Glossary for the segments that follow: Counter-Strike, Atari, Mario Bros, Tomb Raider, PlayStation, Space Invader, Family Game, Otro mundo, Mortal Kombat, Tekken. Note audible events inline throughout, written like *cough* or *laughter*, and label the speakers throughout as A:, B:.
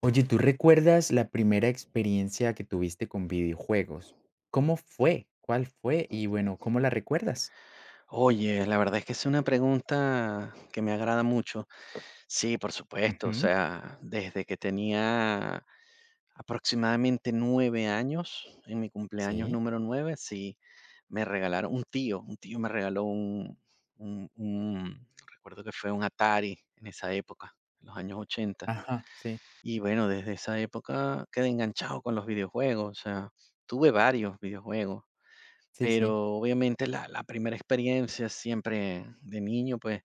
A: Oye, ¿tú recuerdas la primera experiencia que tuviste con videojuegos? ¿Cómo fue? ¿Cuál fue? Y bueno, ¿cómo la recuerdas?
B: Oye, la verdad es que es una pregunta que me agrada mucho. Sí, por supuesto, o
A: Ujú.
B: sea, desde que tenía aproximadamente 9 años, en mi cumpleaños
A: Sí.
B: número nueve, sí, me regalaron un tío me regaló un recuerdo que fue un Atari en esa época, en los años 80.
A: Ajá, sí.
B: Y bueno, desde esa época quedé enganchado con los videojuegos, o sea, tuve varios videojuegos,
A: Sí, sí.
B: pero obviamente la primera experiencia siempre de niño, pues,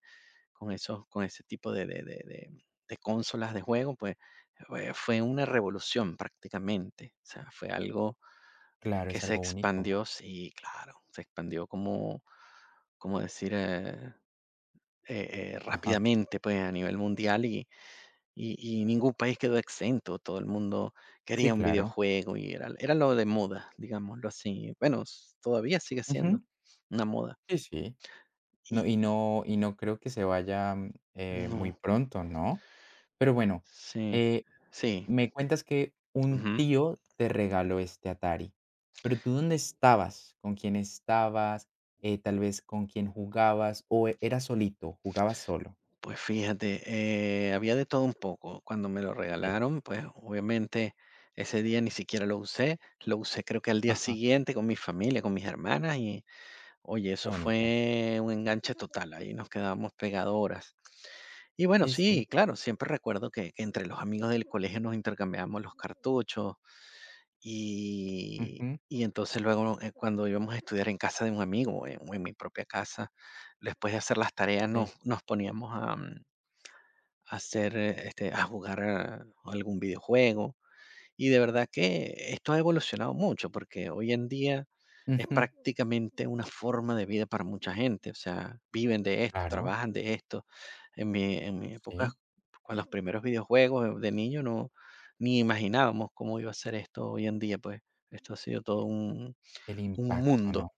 B: con ese tipo de consolas de juego, pues, fue una revolución prácticamente, o sea, fue algo
A: Claro,
B: que
A: es
B: se
A: algo único.
B: expandió, sí, claro, se expandió como como decir, eh,
A: Ajá.
B: rápidamente, pues, a nivel mundial y y ningún país quedó exento. Todo el mundo quería
A: Sí,
B: un
A: claro.
B: videojuego y era lo de moda, digámoslo así. Bueno, s todavía sigue siendo
A: Ujú.
B: una moda.
A: Sí, sí.
B: Y
A: No, y no creo que se vaya, muy
B: no,
A: pronto, ¿no? Pero bueno.
B: sí,
A: eh
B: sí,
A: Me cuentas que un
B: ujú.
A: tío te regaló este Atari, pero ¿tú dónde estabas? ¿Con quién estabas? Tal vez, ¿con quién jugabas? ¿O eras solito? ¿Jugabas solo?
B: Pues fíjate, había de todo un poco. Cuando me lo
A: Sí.
B: regalaron, pues, obviamente, ese día ni siquiera lo usé creo que al día
A: Ajá,
B: siguiente con mi familia, con mis hermanas y, oye,
A: qué
B: eso
A: bonito.
B: fue un enganche total, ahí nos quedábamos pegadoras. Y bueno,
A: Sí, sí.
B: sí, claro, siempre recuerdo que entre los amigos del colegio nos intercambiábamos los cartuchos y
A: Ujú,
B: y entonces luego, cuando íbamos a estudiar en casa de un amigo o en mi propia casa, después de hacer las tareas
A: sí.
B: nos poníamos a, a hacer, a jugar, algún videojuego. Y de verdad que esto ha evolucionado mucho, porque hoy en día es
A: Ujú,
B: prácticamente una forma de vida para mucha gente. O sea, viven de esto,
A: claro,
B: trabajan de esto. En mi época,
A: sí.
B: con los primeros videojuegos de niño, no ni imaginábamos cómo iba a ser esto hoy en día, pues. Esto ha sido todo un,
A: El
B: un
A: impacto,
B: mundo.
A: ¿no?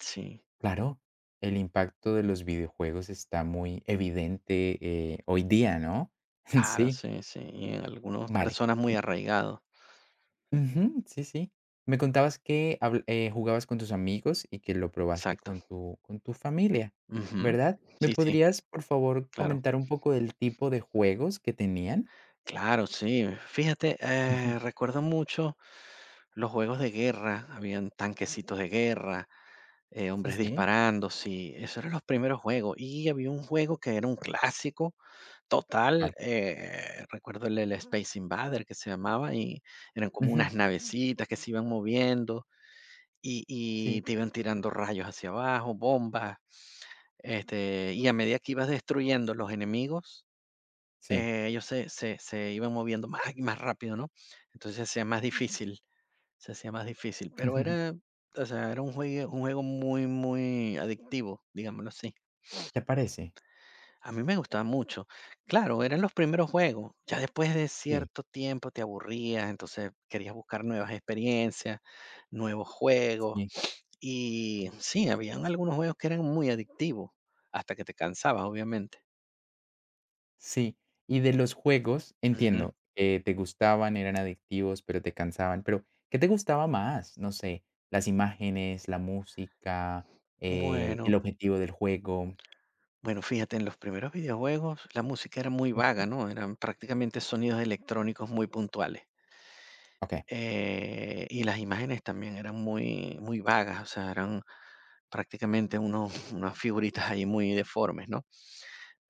B: Sí,
A: Claro, el impacto de los videojuegos está muy evidente, hoy día, ¿no? *laughs*
B: claro,
A: Sí,
B: sí, sí. Y en algunas
A: vale.
B: personas muy arraigado.
A: Ujú, sí, sí. Me contabas que habl jugabas con tus amigos y que lo probaste
B: Exacto.
A: con tu familia,
B: Ujú.
A: ¿verdad? ¿Me
B: Sí, sí,
A: podrías, por favor,
B: claro.
A: comentar un poco del tipo de juegos que tenían?
B: Claro, sí. Fíjate,
A: Ujú.
B: recuerdo mucho los juegos de guerra, habían tanquecitos de guerra,
A: Sí,
B: hombres
A: sí.
B: disparando, sí, esos eran los primeros juegos. Y había un juego que era un clásico total,
A: Vale.
B: recuerdo el Space Invader que se llamaba, y eran como
A: Ujú.
B: unas navecitas que se iban moviendo y
A: Sí,
B: te iban tirando rayos hacia abajo, bombas, este, y a medida que ibas destruyendo los enemigos,
A: sí.
B: ellos se iban moviendo más y más rápido, ¿no? Entonces, se hacía más difícil. Se hacía más difícil, pero era,
A: *laughs*
B: o sea, era un juego muy, muy adictivo, digámoslo así.
A: ¿Te parece?
B: A mí me gustaba mucho. Claro, eran los primeros juegos. Ya después de
A: Sí,
B: cierto tiempo te aburrías, entonces querías buscar nuevas experiencias, nuevos juegos.
A: sí,
B: Y sí, habían algunos juegos que eran muy adictivos, hasta que te cansabas, obviamente.
A: sí. Y de los juegos,
B: Ujú.
A: entiendo que te gustaban, eran adictivos, pero te cansaban, pero, ¿qué te gustaba más? No sé, las imágenes, la música,
B: Bueno,
A: el objetivo del juego.
B: bueno, fíjate, en los primeros videojuegos la música era muy
A: Ujú.
B: vaga, ¿no? Eran prácticamente sonidos electrónicos muy puntuales.
A: Okey.
B: Y las imágenes también eran muy, muy vagas, o sea, eran prácticamente *laughs* unas figuritas ahí muy deformes, ¿no?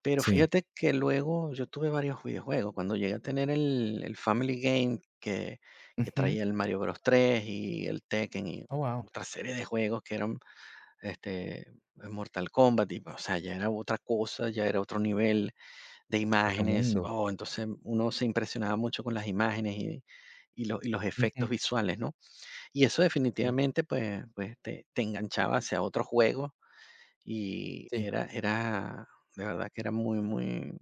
B: Pero
A: Sí.
B: fíjate que luego yo tuve varios videojuegos. Cuando llegué a tener el Family Game que
A: Ujú.
B: traía el Mario Bros. 3 y el Tekken y
A: Oh, wow.
B: otra serie de juegos que eran, este, Mortal Kombat, y, o sea, ya era otra cosa, ya era otro nivel de
A: Otro
B: imágenes.
A: mundo.
B: Oh, entonces uno se impresionaba mucho con las imágenes y, y los
A: Ujú.
B: efectos visuales, ¿no? Y eso
A: Sí,
B: definitivamente, pues, te enganchaba hacia otro juego, y
A: sí,
B: era de verdad que era muy,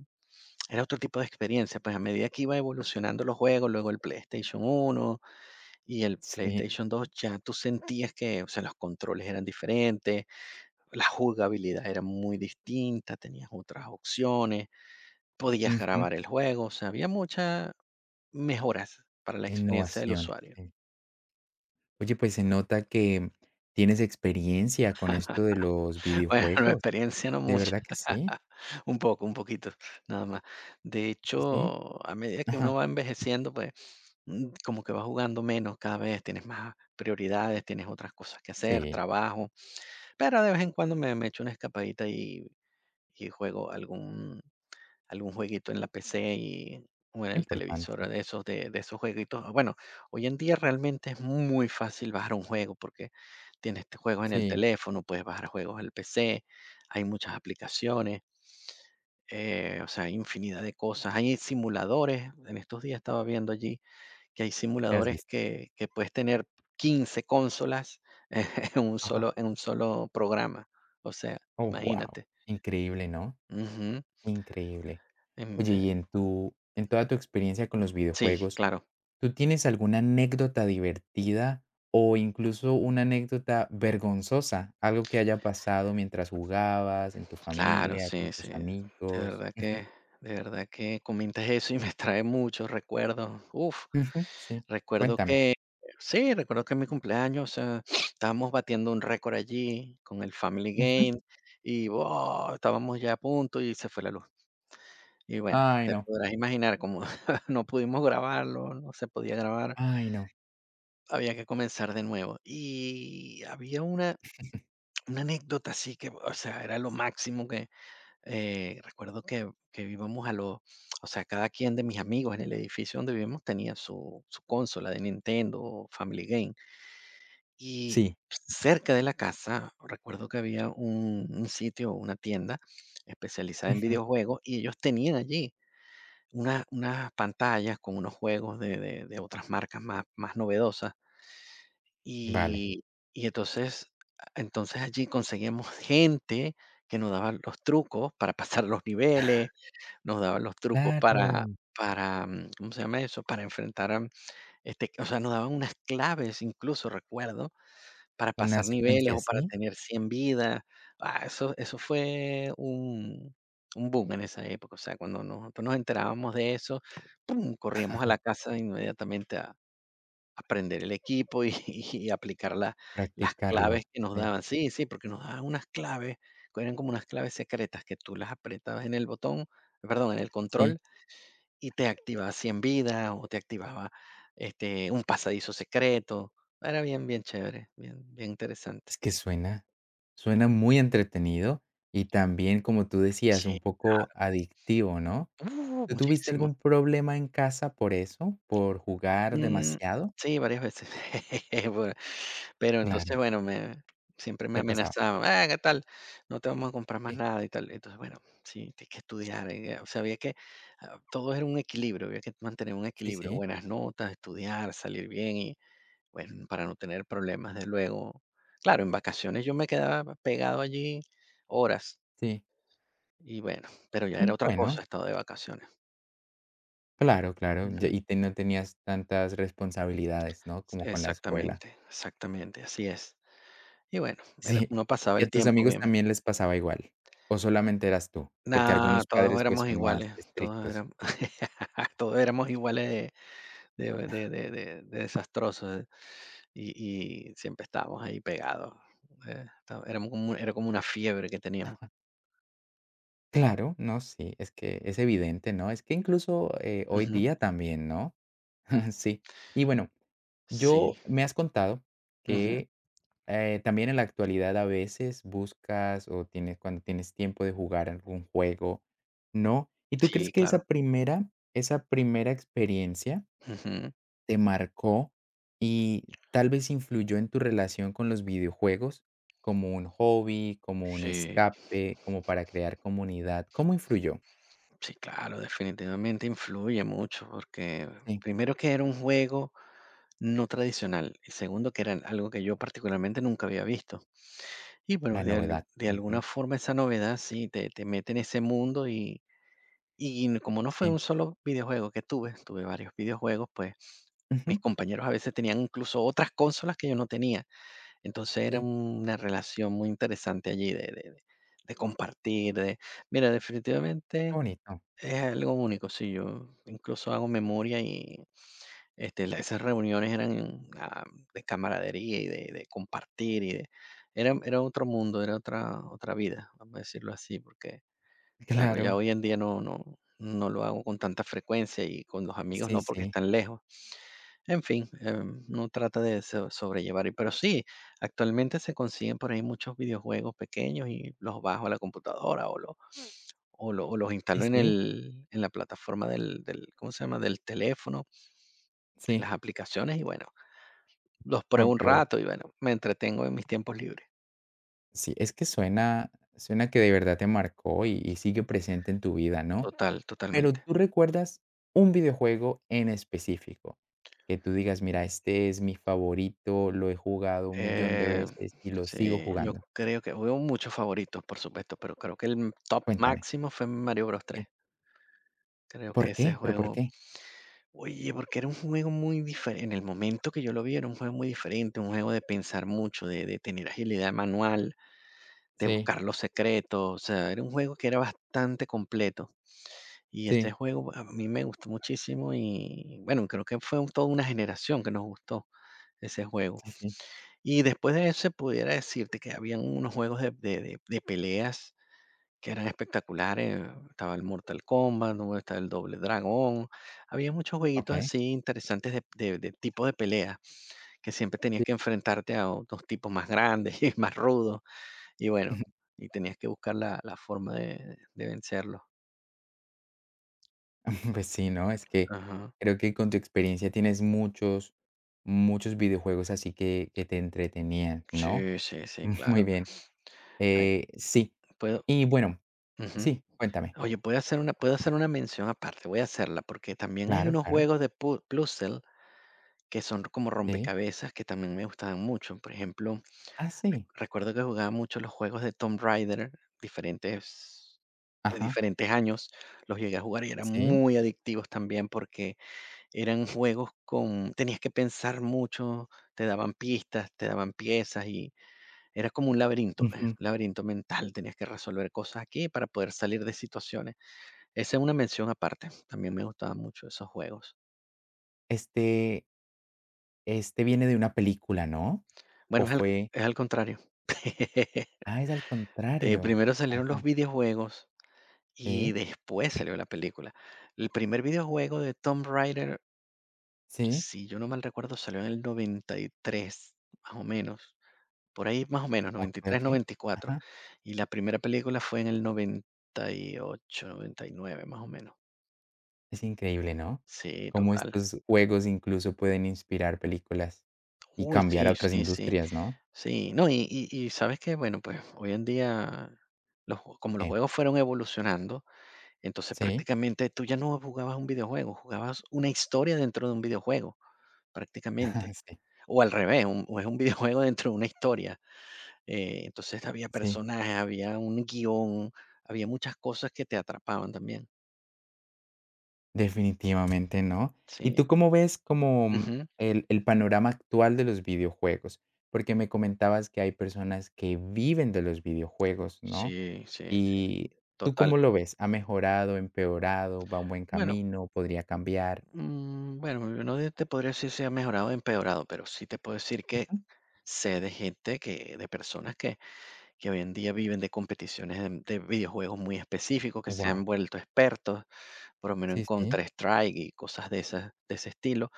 B: era otro tipo de experiencia, pues, a medida que iba evolucionando los juegos, luego el PlayStation 1 y el
A: sí.
B: PlayStation 2, ya tú sentías que, o sea, los controles eran diferentes, la jugabilidad era muy distinta, tenías otras opciones, podías
A: Ujú.
B: grabar el juego, o sea, había muchas mejoras para la experiencia del
A: Innovación,
B: usuario.
A: sí. Oye, pues se nota que tienes experiencia con esto de los
B: *laughs* Bueno, la
A: videojuegos.
B: experiencia no
A: De
B: mucho.
A: verdad que sí,
B: *laughs* Un poco, un poquito, nada más. De
A: sí, sí.
B: hecho, a medida que uno
A: Ajá.
B: va envejeciendo, pues, como que va jugando menos cada vez, tienes más prioridades, tienes otras cosas que hacer,
A: Sí,
B: trabajo, pero de vez en cuando me echo una escapadita y, juego algún jueguito en la PC y, o en el televisor
A: importante.
B: de esos, de esos jueguitos. Bueno, hoy en día realmente es muy fácil bajar un juego porque tienes, este, juegos en el
A: Sí,
B: teléfono, puedes bajar juegos al PC, hay muchas aplicaciones. O sea, hay infinidad de cosas. Hay simuladores, en estos días estaba viendo allí que hay
A: has
B: simuladores
A: visto.
B: que puedes tener 15 consolas *laughs*
A: Ajá.
B: en un solo programa. O sea,
A: Oh, wow.
B: imagínate.
A: Increíble, ¿no?
B: Ujú.
A: Increíble.
B: Em,
A: Oye,
B: eh,
A: y en toda tu experiencia con los
B: sí,
A: videojuegos,
B: claro,
A: ¿tú tienes alguna anécdota divertida o incluso una anécdota vergonzosa? Algo que haya pasado mientras jugabas, en tu
B: claro,
A: familia, con
B: sí, sí.
A: tus amigos.
B: Verdad
A: Ujú,
B: que, de verdad que comentas eso y me trae muchos recuerdos. Uf.
A: ujú, sí,
B: Recuerdo
A: cuéntame.
B: que Sí, recuerdo que en mi cumpleaños, o sea, *sniffs* estábamos batiendo un récord allí con el Family
A: Ujú.
B: Game y, ¡wow!, estábamos ya a punto y se fue la luz. Y bueno,
A: Ay,
B: te
A: no,
B: podrás imaginar, como *laughs* no pudimos grabarlo, no se podía grabar,
A: ay, no.
B: había que comenzar de nuevo. Y había una anécdota así que, o sea, era lo máximo que, recuerdo que íbamos a los o sea, cada quien de mis amigos en el edificio donde vivimos tenía su consola de Nintendo o Family Game. Y
A: Sí,
B: cerca de la casa, recuerdo que había un sitio, una tienda especializada en
A: ujú,
B: videojuegos y ellos tenían allí unas pantallas con unos juegos de otras marcas más, más novedosas.
A: vale.
B: Y, entonces, allí conseguíamos gente que nos daba los trucos para pasar los niveles, nos daban los trucos para...
A: Claro,
B: Para, ¿cómo se llama eso? Para enfrentar a, este, o sea, nos daban unas claves incluso, recuerdo, para
A: una
B: pasar niveles
A: secuencia,
B: o para
A: ¿sí?
B: tener 100 vidas. Ah, eso fue un boom en esa época. O sea, cuando nosotros nos enterábamos de eso, pum, corríamos a la casa inmediatamente a aprender el equipo y *laughs* y aplicar la las claves
A: Practicarlo,
B: que nos
A: sí,
B: daban. Sí, sí, porque nos daban unas claves, que eran como unas claves secretas que tú las apretabas en el botón, perdón, en el
A: sí.
B: control y te activaba 100 vidas o te activaba, este, un pasadizo secreto. Era bien, bien chévere, bien, bien interesante.
A: Es que suena muy entretenido y también, como tú decías,
B: Sí,
A: un poco
B: claro.
A: adictivo, ¿no? ¿Tú tuviste
B: Muchísimo.
A: algún problema en casa por eso? ¿Por jugar
B: Mm,
A: demasiado?
B: sí, varias veces. *laughs* Bueno, pero
A: Claro,
B: entonces, bueno, me siempre me
A: ¿qué pasaba?
B: amenazaban: "Ah, ¿qué tal? No te vamos a comprar más
A: Sí,
B: nada", y tal. Entonces, bueno, sí, tienes que estudiar, o sea, todo era un equilibrio, había que mantener un
A: sí,
B: equilibrio,
A: sí,
B: buenas notas, estudiar, salir bien y, bueno, para no tener problemas de luego. Claro, en vacaciones yo me quedaba pegado allí horas
A: sí.
B: y, bueno, pero ya era otra cosa
A: Bueno,
B: estado de vacaciones.
A: claro, claro, ya y te no tenías tantas responsabilidades, ¿no? Como con la escuela.
B: Exactamente, exactamente, así es. Y bueno,
A: *laughs*
B: era
A: Sí,
B: uno pasaba
A: ¿y
B: el
A: a tus
B: tiempo
A: amigos
B: bien.
A: también les pasaba igual, o solamente eras tú? Porque
B: Nada,
A: algunos
B: todos
A: padres, pues,
B: éramos
A: son más
B: iguales, todos
A: estrictos.
B: éramos *laughs* todos éramos iguales de desastrosos, y siempre estábamos ahí pegados, está éramos como era como una fiebre que teníamos.
A: Claro, no, sí, es que es evidente, ¿no? Es que incluso, hoy
B: Ujú.
A: día también, ¿no? *laughs* Sí. Y bueno,
B: Sí,
A: yo me has contado
B: ujú,
A: que. También en la actualidad a veces buscas o tienes cuando tienes tiempo de jugar algún juego, ¿no? ¿Y tú crees
B: sí,
A: que
B: claro.
A: esa primera experiencia
B: Ujú,
A: te marcó y tal vez influyó en tu relación con los videojuegos como un hobby, como un
B: sí.
A: escape, como para crear comunidad? ¿Cómo influyó?
B: Sí, claro, definitivamente influye mucho porque
A: Sí,
B: primero que era un juego no tradicional y segundo que era algo que yo particularmente nunca había visto. Y bueno,
A: la novedad.
B: de alguna
A: Ujú,
B: forma esa novedad sí te mete en ese mundo y, como no fue
A: sí.
B: un solo videojuego que tuve, tuve varios videojuegos, pues mis
A: Ujú,
B: compañeros a veces tenían incluso otras consolas que yo no tenía. Entonces era
A: sí.
B: una relación muy interesante allí de compartir, mira,
A: Qué
B: definitivamente
A: bonito.
B: es algo único, sí, yo incluso hago memoria y, este, la esas reuniones eran, de camaradería y de compartir y de era otro mundo, era otra vida, vamos a decirlo así, porque,
A: *laughs*
B: claro, ya
A: Claro.
B: hoy en día no no no lo hago con tanta frecuencia y con los amigos
A: Sí,
B: no, porque
A: sí.
B: están lejos. En fin, uno trata de sobrellevar, y sí, actualmente se consiguen por ahí muchos videojuegos pequeños y los bajo a la computadora o los
A: Sí,
B: instalo
A: sí.
B: en la plataforma ¿cómo se llama?, del teléfono, en
A: Sí.
B: las aplicaciones y bueno, los pruebo
A: No,
B: un
A: pero
B: rato y bueno, me entretengo en mis tiempos libres.
A: sí, es que suena que de verdad te marcó y sigue presente en tu vida, ¿no?
B: Total,
A: Pero,
B: totalmente.
A: ¿tú recuerdas un videojuego en específico? Que tú digas: "Mira, este es mi favorito, lo he jugado un millón de
B: Eh,
A: veces y lo sigo
B: sí, yo
A: jugando".
B: creo que hubo muchos favoritos, por supuesto, pero creo que el top
A: Cuéntame.
B: máximo fue Mario Bros tres.
A: Sí.
B: Creo que
A: ¿Por
B: ese
A: qué? ¿Pero por
B: juego
A: qué?
B: Oye, porque era un juego muy diferente en el momento que yo lo vi, era un juego muy diferente, un juego de pensar mucho, de tener agilidad manual, de
A: Sí,
B: buscar los secretos, o sea, era un juego que era bastante completo. Y este
A: sí,
B: juego a mí me gustó muchísimo y, bueno, creo que fue toda una generación que nos gustó ese juego.
A: sí, sí.
B: Y después de eso pudiera decirte que habían unos juegos de peleas que eran espectaculares, estaba el Mortal Kombat, luego estaba el Doble Dragón, había muchos jueguitos
A: Okey.
B: así interesantes de tipo de pelea, que siempre tenías
A: Sí.
B: que enfrentarte a otros tipos más grandes *laughs* y más rudos. Y bueno,
A: *laughs*
B: tenías que buscar la forma de vencerlo.
A: Pues sí, ¿no? Es que
B: Ajá.
A: creo que con tu experiencia tienes muchos, muchos videojuegos así que te entretenían, ¿no?
B: Sí, sí, sí,
A: *laughs*
B: claro.
A: Muy bien.
B: Ay,
A: Sí.
B: puedo
A: Y bueno,
B: ujú.
A: sí, cuéntame.
B: Oye, puedo hacer una mención aparte, voy a hacerla, porque también hay
A: Claro,
B: unos
A: claro.
B: juegos de pu puzzle que son como
A: Sí.
B: rompecabezas que también me gustaban mucho. Por ejemplo,
A: Ah, sí.
B: recuerdo que jugaba mucho los juegos de Tomb Raider, diferentes de
A: Ajá.
B: diferentes años, los llegué a jugar y eran
A: Sí.
B: muy adictivos también porque eran juegos con tenías que pensar mucho, te daban pistas, te daban piezas y era como un laberinto, pues,
A: Ujú.
B: un laberinto mental, tenías que resolver cosas aquí para poder salir de situaciones. Esa es una mención aparte, también me gustaban mucho esos juegos.
A: Este este viene de una película, ¿no?
B: Bueno,
A: ¿O fue?
B: es al contrario. *laughs*
A: Ah, es al contrario.
B: Primero salieron los
A: Ajá.
B: videojuegos y
A: Sí,
B: después salió la película. El primer videojuego de Tomb Raider,
A: sí.
B: si yo no mal recuerdo, salió en el 93 más o menos. Por ahí más o menos, noventa y
A: Okey,
B: tres
A: okey.
B: noventa Y cuatro
A: Ajá.
B: y la primera película fue en el 1998, 1999 más o menos.
A: Es increíble, ¿no?
B: Sí,
A: Cómo
B: total.
A: estos juegos incluso pueden inspirar películas y
B: Uy,
A: cambiar a
B: sí,
A: otras
B: sí, sí.
A: industrias, ¿no?
B: Sí, no, y, ¿sabes qué? Bueno, pues, hoy en día, los jue como los
A: Sí.
B: juegos fueron evolucionando, entonces,
A: Sí.
B: prácticamente, tú ya no jugabas un videojuego, jugabas una historia dentro de un videojuego,
A: *laughs*
B: prácticamente.
A: Sí.
B: O al revés, un o es un *laughs* videojuego dentro de una historia. Entonces había
A: Sí.
B: personajes, había un guión, había muchas cosas que te atrapaban también.
A: Definitivamente no. ¿Y tú
B: Sí.
A: cómo ves
B: Ujú.
A: el panorama actual de los videojuegos? Porque me comentabas que hay personas que viven de los videojuegos, ¿no?
B: Sí, sí, sí,
A: ¿Y tú
B: total.
A: cómo lo ves? ¿Ha mejorado, empeorado, va un buen
B: Bueno,
A: camino, podría cambiar?
B: bueno, no te podría decir si ha mejorado o empeorado, pero sí te puedo decir que sé de gente que, de personas que, hoy en día viven de competiciones de videojuegos muy específicos, que se
A: Wow.
B: han
A: *laughs*
B: vuelto expertos por lo menos en
A: Sí, sí,
B: Counter-Strike y cosas de esas de ese estilo.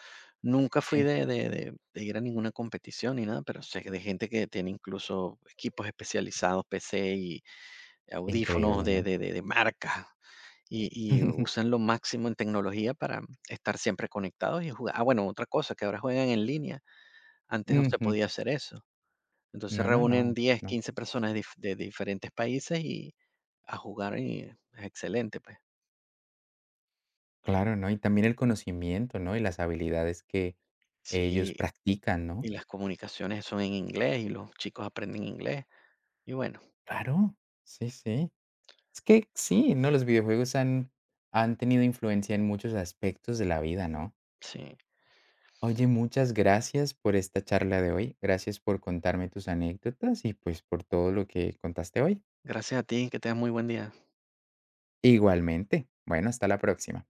B: Nunca fui
A: sí.
B: de ir a ninguna competición ni nada, pero sé que de gente que tiene incluso equipos especializados, PC y audífonos
A: Increíble,
B: de
A: ¿no?
B: de de de marca, y y
A: *laughs*
B: usan lo máximo en tecnología para estar siempre conectados y jugar. Ah, bueno, otra cosa, que ahora juegan en línea, antes no se
A: Ujú.
B: podía hacer eso. Entonces
A: No, no, no,
B: reúnen
A: pues
B: 10
A: no.
B: 15 personas de dif de diferentes países y a jugar y es excelente, pues.
A: Claro, ¿no? Y también el conocimiento, ¿no? Y las habilidades que ellos
B: Sí,
A: practican,
B: y
A: ¿no?
B: las comunicaciones son en inglés y los chicos aprenden inglés. Y bueno,
A: Claro. Sí, sí. Es que sí, ¿no? Los videojuegos han tenido influencia en muchos aspectos de la vida, ¿no?
B: sí.
A: Oye, muchas gracias por esta charla de hoy. Gracias por contarme tus anécdotas y pues por todo lo que contaste hoy.
B: Gracias a ti, que tengas muy buen día.
A: Igualmente. Bueno, hasta la próxima.